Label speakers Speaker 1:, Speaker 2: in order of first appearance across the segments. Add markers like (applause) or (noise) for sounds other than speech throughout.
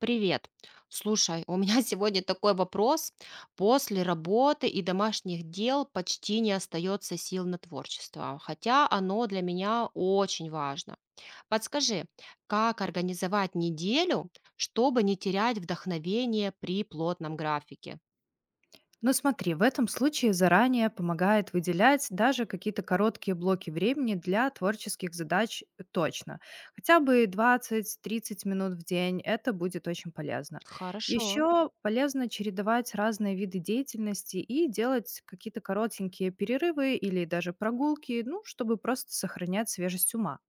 Speaker 1: Привет. Слушай, у меня (laughs) сегодня такой вопрос. После работы и домашних дел почти не остается сил на творчество, хотя оно для меня очень важно. Подскажи, как организовать неделю, чтобы не терять вдохновение при плотном графике?
Speaker 2: Ну смотри, в этом случае заранее помогает выделять даже какие-то короткие блоки времени для творческих задач э, точно. Хотя бы 20–30 минут в день, это будет очень полезно.
Speaker 1: Хорошо.
Speaker 2: Еще полезно чередовать разные виды деятельности и делать какие-то коротенькие перерывы или даже прогулки, ну, чтобы просто сохранять свежесть ума.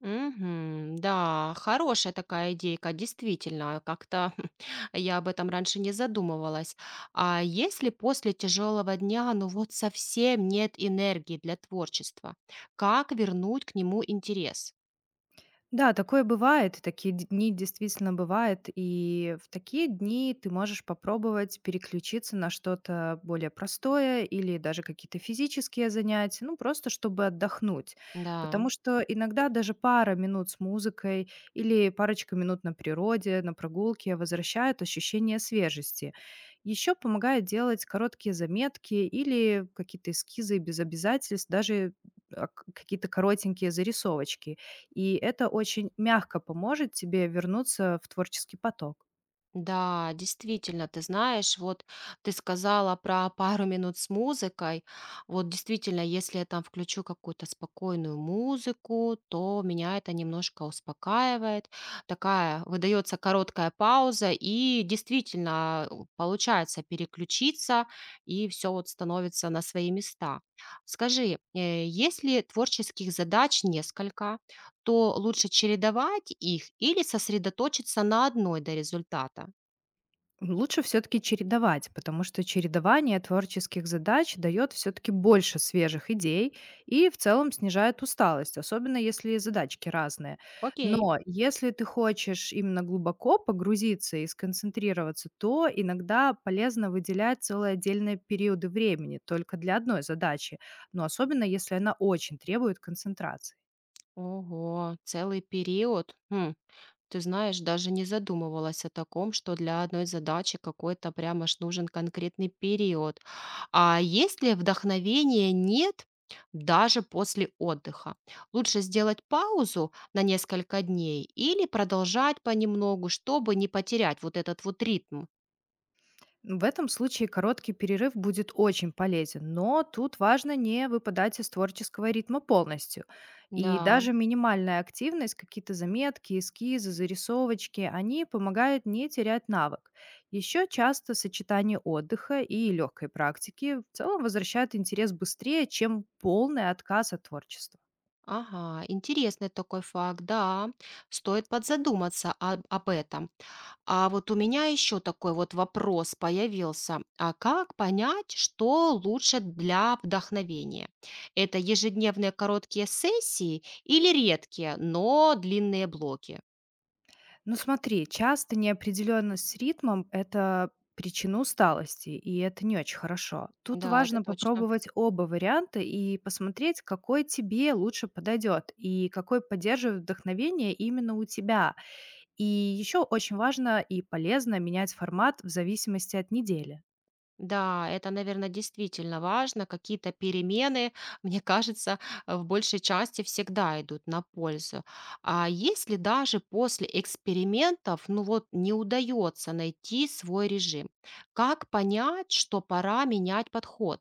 Speaker 1: Мгм. Да, хорошая такая идейка, действительно, как-то. (laughs) Я об этом раньше не задумывалась. А если после тяжелого дня, ну вот совсем нет энергии для творчества, как вернуть к нему интерес?
Speaker 2: Да, такое бывает, и такие дни действительно бывают, и в такие дни ты можешь попробовать переключиться на что-то более простое или даже какие-то физические занятия, ну просто чтобы отдохнуть.
Speaker 1: Да.
Speaker 2: Потому что иногда даже пара минут с музыкой или парочка минут на природе, на прогулке возвращают ощущение свежести. Еще помогает делать короткие заметки или какие-то эскизы без обязательств, даже какие-то коротенькие зарисовочки. И это очень мягко поможет тебе вернуться в творческий поток.
Speaker 1: Да, действительно, ты знаешь, вот ты сказала про пару минут с музыкой. Вот действительно, если я там включу какую-то спокойную музыку, то меня это немножко успокаивает. Такая выдается короткая пауза, и действительно получается переключиться, и все вот становится на свои места. Скажи, если творческих задач несколько, то лучше чередовать их или сосредоточиться на одной до результата?
Speaker 2: Лучше все-таки чередовать, потому что чередование творческих задач дает все-таки больше свежих идей и в целом снижает усталость, особенно если задачки разные.
Speaker 1: Окей.
Speaker 2: Но если ты хочешь именно глубоко погрузиться и сконцентрироваться, то иногда полезно выделять целые отдельные периоды времени только для одной задачи, но особенно если она очень требует концентрации.
Speaker 1: Ого, целый период. Хм, ты знаешь, даже не задумывалась о таком, что для одной задачи какой-то прям аж нужен конкретный период. А если вдохновения нет, даже после отдыха, лучше сделать паузу на несколько дней или продолжать понемногу, чтобы не потерять вот этот вот ритм.
Speaker 2: В этом случае короткий перерыв будет очень полезен, но тут важно не выпадать из творческого ритма полностью. И
Speaker 1: Да,
Speaker 2: даже минимальная активность, какие-то заметки, эскизы, зарисовочки, они помогают не терять навык. Еще часто сочетание отдыха и легкой практики в целом возвращает интерес быстрее, чем полный отказ от творчества.
Speaker 1: ага, интересный такой факт, да, стоит подзадуматься об этом. А вот у меня еще такой вот вопрос появился. А как понять, что лучше для вдохновения? Это ежедневные короткие сессии или редкие, но длинные блоки?
Speaker 2: Ну смотри, часто неопределенность с ритмом — это причина усталости, и это не очень хорошо. Тут
Speaker 1: Да, это
Speaker 2: важно
Speaker 1: точно.
Speaker 2: попробовать оба варианта и посмотреть, какой тебе лучше подойдет и какой поддерживает вдохновение именно у тебя. И еще очень важно и полезно менять формат в зависимости от недели.
Speaker 1: Да, это, наверное, действительно важно. Какие-то перемены, (laughs) мне кажется, в большей части всегда идут на пользу. А если даже после экспериментов, ну вот, не удается найти свой режим, как понять, что пора менять подход?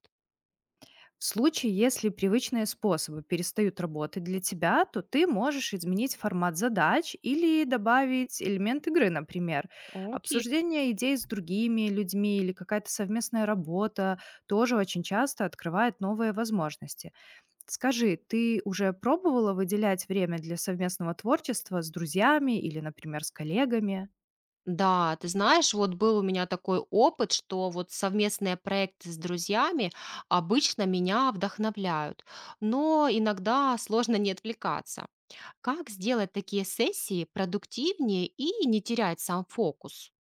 Speaker 2: В случае, если привычные способы перестают работать для тебя, то ты можешь изменить формат задач или добавить элемент игры, например.
Speaker 1: Окей.
Speaker 2: Обсуждение идей с другими людьми или какая-то совместная работа тоже очень часто открывает новые возможности. Скажи, ты уже пробовала выделять время для совместного творчества с друзьями или, например, с коллегами?
Speaker 1: Да, ты знаешь, вот был у меня такой опыт, что вот совместные проекты с друзьями обычно меня вдохновляют, но иногда сложно не отвлекаться. Как сделать такие сессии продуктивнее и не терять сам фокус?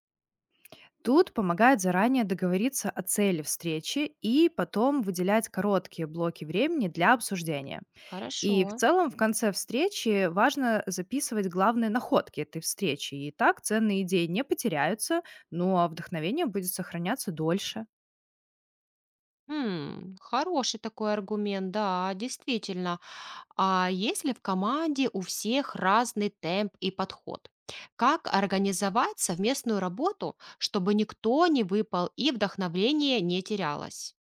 Speaker 2: Тут помогает заранее договориться о цели встречи и потом выделять короткие блоки времени для обсуждения.
Speaker 1: Хорошо.
Speaker 2: И в целом в конце встречи важно записывать главные находки этой встречи. И так ценные идеи не потеряются, ну а вдохновение будет сохраняться дольше.
Speaker 1: М, хороший такой аргумент, да, действительно. А если в команде у всех разный темп и подход? Как организовать совместную работу, чтобы никто не выпал и вдохновение не терялось?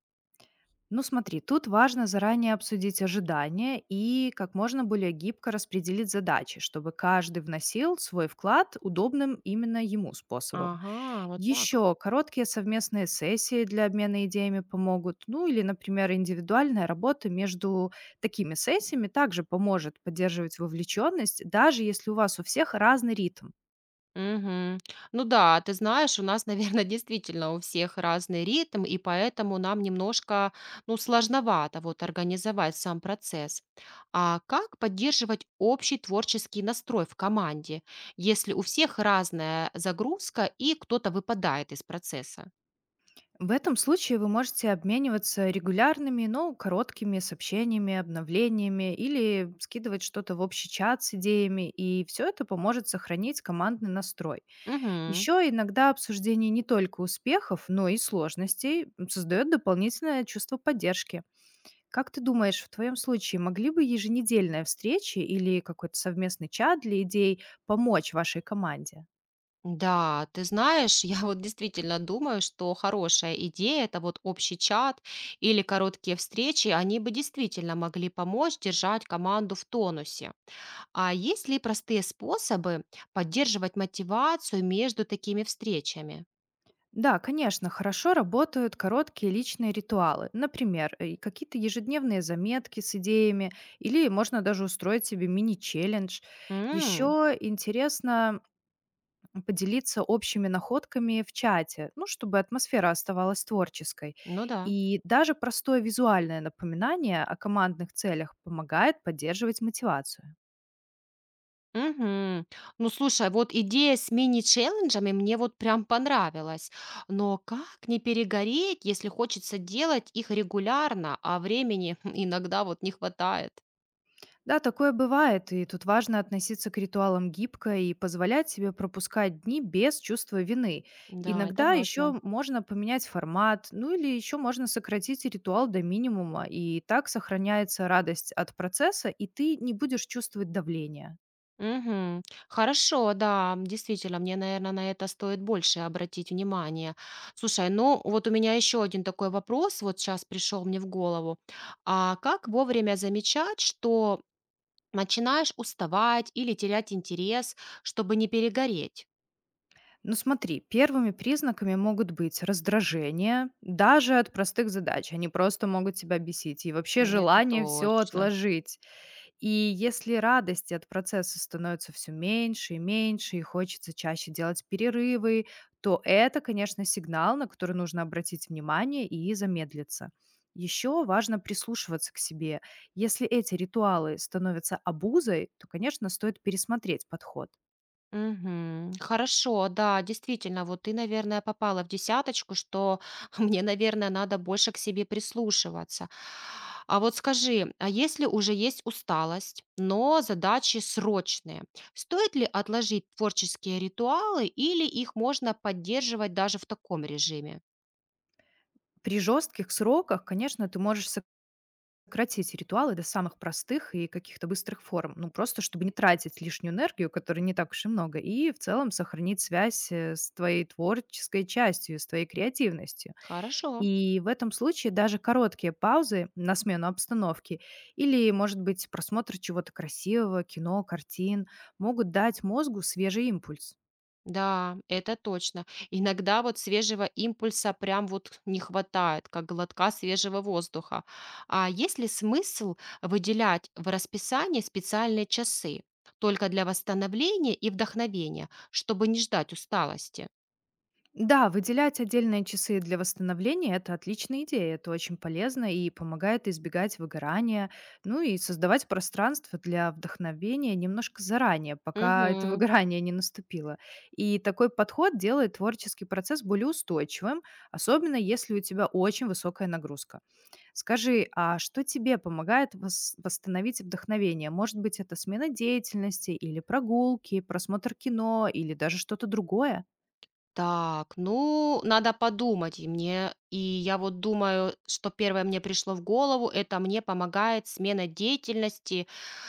Speaker 2: Ну смотри, тут важно заранее обсудить ожидания и как можно более гибко распределить задачи, чтобы каждый вносил свой вклад удобным именно ему способом.
Speaker 1: Ага, вот так.
Speaker 2: Еще короткие совместные сессии для обмена идеями помогут. Ну или, например, индивидуальная работа между такими сессиями также поможет поддерживать вовлеченность, даже если у вас у всех разный ритм.
Speaker 1: Мгм. Ну да, ты знаешь, у нас, наверное, (laughs) действительно у всех разный ритм, и поэтому нам немножко, ну, сложновато вот организовать сам процесс. А как поддерживать общий творческий настрой в команде, если у всех разная загрузка и кто-то выпадает из процесса?
Speaker 2: В этом случае вы можете обмениваться регулярными, но короткими сообщениями, обновлениями или скидывать что-то в общий чат с идеями, и все это поможет сохранить командный настрой.
Speaker 1: Мгм.
Speaker 2: Еще иногда обсуждение не только успехов, но и сложностей, создает дополнительное чувство поддержки. Как ты думаешь, в твоем случае могли бы еженедельная встреча или какой-то совместный чат для идей помочь вашей команде?
Speaker 1: Да, ты знаешь, (laughs) я вот действительно думаю, что хорошая идея– это вот общий чат или короткие встречи, они бы действительно могли помочь держать команду в тонусе. А есть ли простые способы поддерживать мотивацию между такими встречами?
Speaker 2: Да, конечно, хорошо работают короткие личные ритуалы. Например, какие-то ежедневные заметки с идеями, или можно даже устроить себе мини-челлендж.
Speaker 1: М,
Speaker 2: Еще интересно поделиться общими находками в чате, ну, чтобы атмосфера оставалась творческой.
Speaker 1: ну да.
Speaker 2: И даже простое визуальное напоминание о командных целях помогает поддерживать мотивацию.
Speaker 1: Мгм. Ну, слушай, вот идея с мини-челленджами мне вот прям понравилась. Но как не перегореть, если хочется делать их регулярно, а времени (laughs) иногда вот не хватает?
Speaker 2: Да, такое бывает, и тут важно относиться к ритуалам гибко и позволять себе пропускать дни без чувства вины.
Speaker 1: Да, это
Speaker 2: Иногда
Speaker 1: важно.
Speaker 2: еще можно поменять формат, ну или еще можно сократить ритуал до минимума, и так сохраняется радость от процесса, и ты не будешь чувствовать давления.
Speaker 1: Мгм. Хорошо, да, м, действительно, мне, наверное, на это стоит больше обратить внимание. Слушай, ну вот у меня еще один такой вопрос, вот сейчас пришел мне в голову. А как вовремя замечать, что начинаешь уставать или терять интерес, чтобы не перегореть.
Speaker 2: Ну смотри, первыми признаками могут быть раздражение, даже от простых задач. Они просто могут тебя бесить. И вообще
Speaker 1: Это
Speaker 2: желание все
Speaker 1: точно.
Speaker 2: отложить. И если радости от процесса становится все меньше и меньше, и хочется чаще делать перерывы, то это, конечно, сигнал, на который нужно обратить внимание и замедлиться. Еще важно прислушиваться к себе. Если эти ритуалы становятся обузой, то, конечно, стоит пересмотреть подход.
Speaker 1: Мгм. Хорошо, да, действительно, вот ты, наверное, попала в десяточку, что (laughs) мне, наверное, надо больше к себе прислушиваться. А вот скажи, а если уже есть усталость, но задачи срочные, стоит ли отложить творческие ритуалы или их можно поддерживать даже в таком режиме?
Speaker 2: При жестких сроках, конечно, ты можешь сократить ритуалы до самых простых и каких-то быстрых форм. Ну, просто чтобы не тратить лишнюю энергию, которой не так уж и много, и в целом сохранить связь с твоей творческой частью, с твоей креативностью.
Speaker 1: Хорошо.
Speaker 2: И в этом случае даже короткие паузы на смену обстановки или, может быть, просмотр чего-то красивого, кино, картин могут дать мозгу свежий импульс.
Speaker 1: Да, это точно. Иногда вот свежего импульса прям вот не хватает, как глотка свежего воздуха. А есть ли смысл выделять в расписании специальные часы только для восстановления и вдохновения, чтобы не ждать усталости?
Speaker 2: Да, выделять отдельные часы для восстановления — это отличная идея, это очень полезно и помогает избегать выгорания, ну и создавать пространство для вдохновения немножко заранее, пока это (laughs)
Speaker 1: Мгм.
Speaker 2: выгорание не наступило. И такой подход делает творческий процесс более устойчивым, особенно если у тебя очень высокая нагрузка. Скажи, а что тебе помогает восстановить вдохновение? Может быть, это смена деятельности или прогулки, просмотр кино или даже что-то другое?
Speaker 1: Так, ну, надо подумать. И мне, и я вот думаю, что первое мне пришло в голову, это мне помогает смена деятельности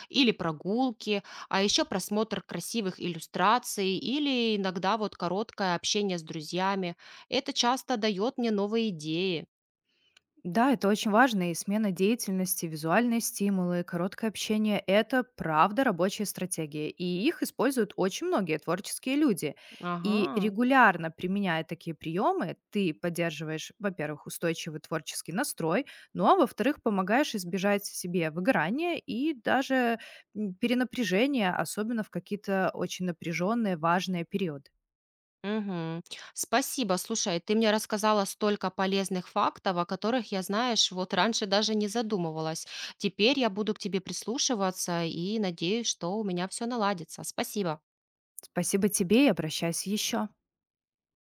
Speaker 1: или прогулки, а еще просмотр красивых иллюстраций или иногда вот короткое общение с друзьями. Это часто дает мне новые идеи.
Speaker 2: Да, это очень важно, и смена деятельности, визуальные стимулы, короткое общение — это правда рабочие стратегии, и их используют очень многие творческие люди. И
Speaker 1: Ага.
Speaker 2: регулярно применяя такие приемы, ты поддерживаешь, во-первых, устойчивый творческий настрой, ну а во-вторых, помогаешь избежать себе выгорания и даже перенапряжения, особенно в какие-то очень напряженные, важные периоды.
Speaker 1: Мгм. Спасибо. Слушай, ты мне рассказала столько полезных фактов, о которых я, знаешь, вот раньше даже не задумывалась. Теперь я буду к тебе прислушиваться и надеюсь, что у меня все наладится. Спасибо.
Speaker 2: Спасибо тебе и обращайся еще.